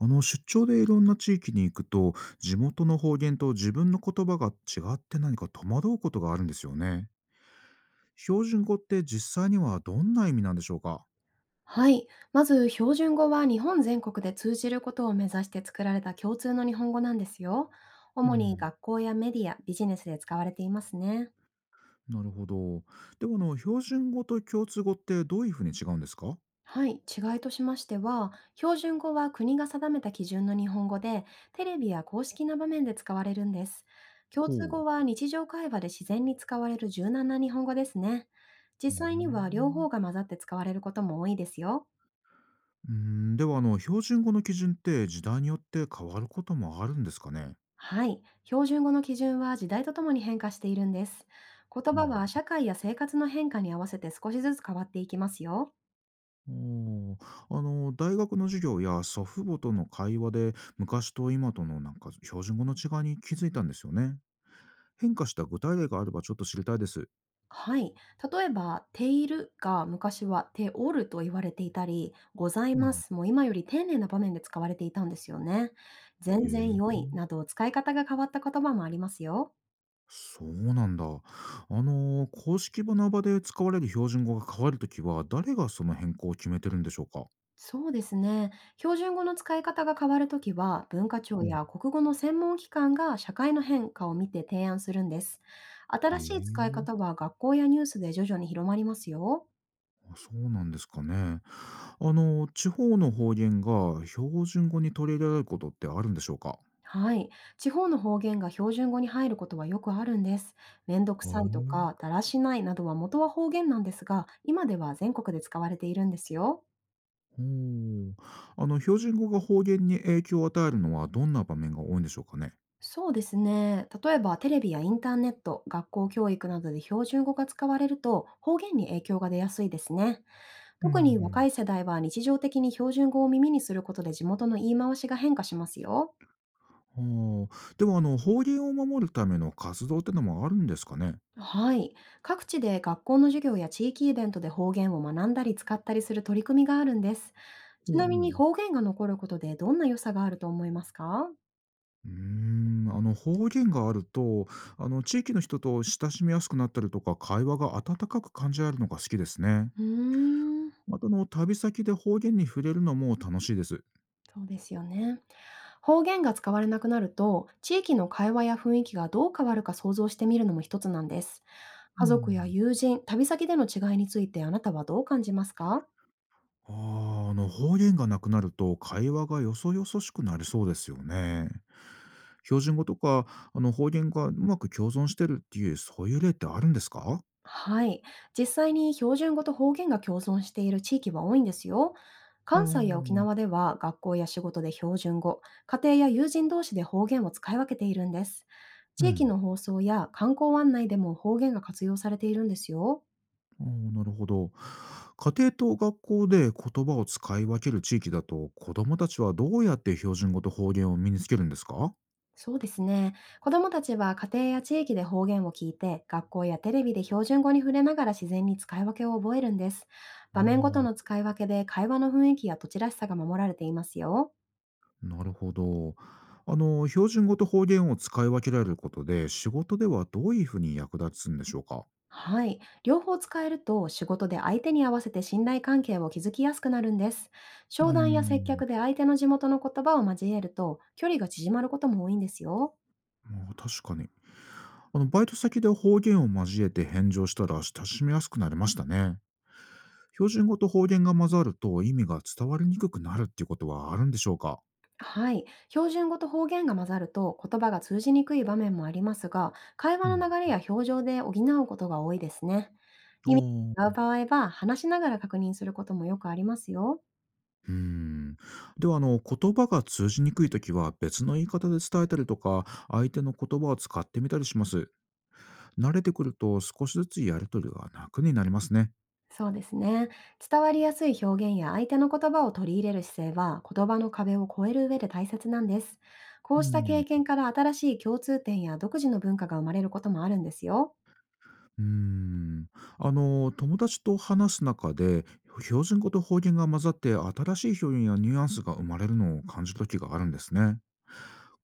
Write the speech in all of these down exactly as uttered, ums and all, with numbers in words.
あの出張でいろんな地域に行くと地元の方言と自分の言葉が違って何か戸惑うことがあるんですよね。標準語って実際にはどんな意味なんでしょうか？はい。まず、標準語は日本全国で通じることを目指して作られた共通の日本語なんですよ。う主にん、学校やメディア、ビジネスで使われていますね。なるほど。でもあの標準語と共通語ってどういうふうに違うんですか？はい。違いとしましては、標準語は国が定めた基準の日本語で、テレビや公式な場面で使われるんです。共ほう。通う語は日常会話で自然に使われる柔軟な日本語ですね。実ー際には両方ん。が混ざって使われることも多いですよ。うーん。ではあの標準語の基準って時代によって変わることもあるんですかね？はい。標準語の基準は時代とともに変化しているんです。言う葉はん。社会や生活の変化に合わせて少しずつ変わっていきますよ。おー。あの、大学の授業や祖父母との会話で、昔と今とのなんか標準語の違いに気づいたんですよね。変化した具体例があればちょっと知りたいです。はい。例えば、ているが昔はておると言われていたり、ございうまん、すも今より丁寧な場面で使われていたんですよね。全然へ良え。いなど使い方が変わった言葉もありますよ。そうなんだ。あの、公式の場で使われる標準語が変わるときは、誰がその変更を決めてるんでしょうか？そうですね。標準語の使い方が変わるときは、文化庁うん、や国語の専門機関が社会の変化を見て提案するんです。へ新しい使いえ。方は学校やニュースで徐々に広まりますよ。あ、そうなんですかね。あの、地方の方言が標準語に取り入れられることってあるんでしょうか？はい。地方の方言が標準語に入ることはよくあるんです。めんどくへさいとえ。か、だらしないなどは元は方言なんですが、今では全国で使われているんですよ。おお。あの標準語が方言に影響を与えるのはどんな場面が多いんでしょうかね？そうですね。例えばテレビやインターネット、学校教育などで標準語が使われると方言に影響が出やすいですね。う特に若ん。い世代は日常的に標準語を耳にすることで地元の言い回しが変化しますよ。はあ。でもあの方言を守るための活動ってのもあるんですかね？はい。各地で学校の授業や地域イベントで方言を学んだり使ったりする取り組みがあるんです。おちうおなみにう。方言が残ることでどんな良さがあると思いますか？うーん、あの方言があると、あの地域の人と親しみやすくなったりとか、会話が温かく感じられるのが好きですね。うーん、またあの旅先で方言に触れるのも楽しいです。うそうですよね。方言が使われなくなると、地域の会話や雰囲気がどう変わるか想像してみるのも一つなんです。家族やん。友人、旅先での違いについてあなたはどう感じますか？ああ、あの方言がなくなると会話がよそよそしくなりそうですよね。標準語とかあの方言がうまく共存してるっていうそういう例ってあるんですか？はい。実際に標準語と方言が共存している地域は多いんですよ。あ関西や沖ー、縄では学校や仕事で標準語、家庭や友人同士で方言を使い分けているんです。う地域ん。の放送や観光案内でも方言が活用されているんですよ。あー、なるほど。家庭と学校で言葉を使い分ける地域だと子どもたちはどうやって標準語と方言を身につけるんですか？そうですね。子どもたちは家庭や地域で方言を聞いて、学校やテレビで標準語に触れながら自然に使い分けを覚えるんです。あ場面ごとー、の使い分けで会話の雰囲気や土地らしさが守られていますよ。なるほど。あの標準語と方言を使い分けられることで仕事ではどういうふうに役立つんでしょうか？はい。両方使えると仕事で相手に合わせて信頼関係を築きやすくなるんです。うー商談や接ん、客で相手の地元の言葉を交えると距離が縮まることも多いんですよ。まあ、確かに。あの、バイト先で方言を交えて返上したら親しみやすくなりましたね。標準語と方言が混ざると意味が伝わりにくくなるっていうことはあるんでしょうか？はい。標準語と方言が混ざると言葉が通じにくい場面もありますが、会う話ん。の流れや表情で補うことが多いですね。あ意味が違うあ。場合は話しながら確認することもよくありますよ。うーん。では、あの、言葉が通じにくいときは別の言い方で伝えたりとか、相手の言葉を使ってみたりします。慣れてくると少しずつやりとりが楽になりますね。そうですね。伝わりやすい表現や相手の言葉を取り入れる姿勢は言葉の壁を越える上で大切なんです。こううした経ん。験から新しい共通点や独自の文化が生まれることもあるんですよ。うーん。あの、友達と話す中で、標準語と方言が混ざって新しい表現やニュアンスが生まれるのを感じる時があるんですね。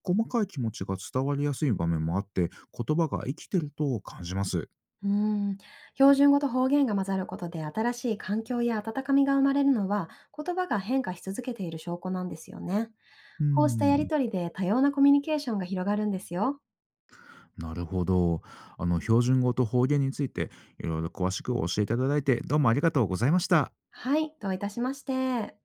細かい気持ちが伝わりやすい場面もあって、言葉が生きてると感じます。うーん。標準語と方言が混ざることで新しい環境や温かみが生まれるのは言葉が変化し続けている証拠なんですよね。うーこうしたやりん。とりで多様なコミュニケーションが広がるんですよ。なるほど。あの、標準語と方言について、いろいろ詳しく教えていただいて、どうもありがとうございました。はい、どういたしまして。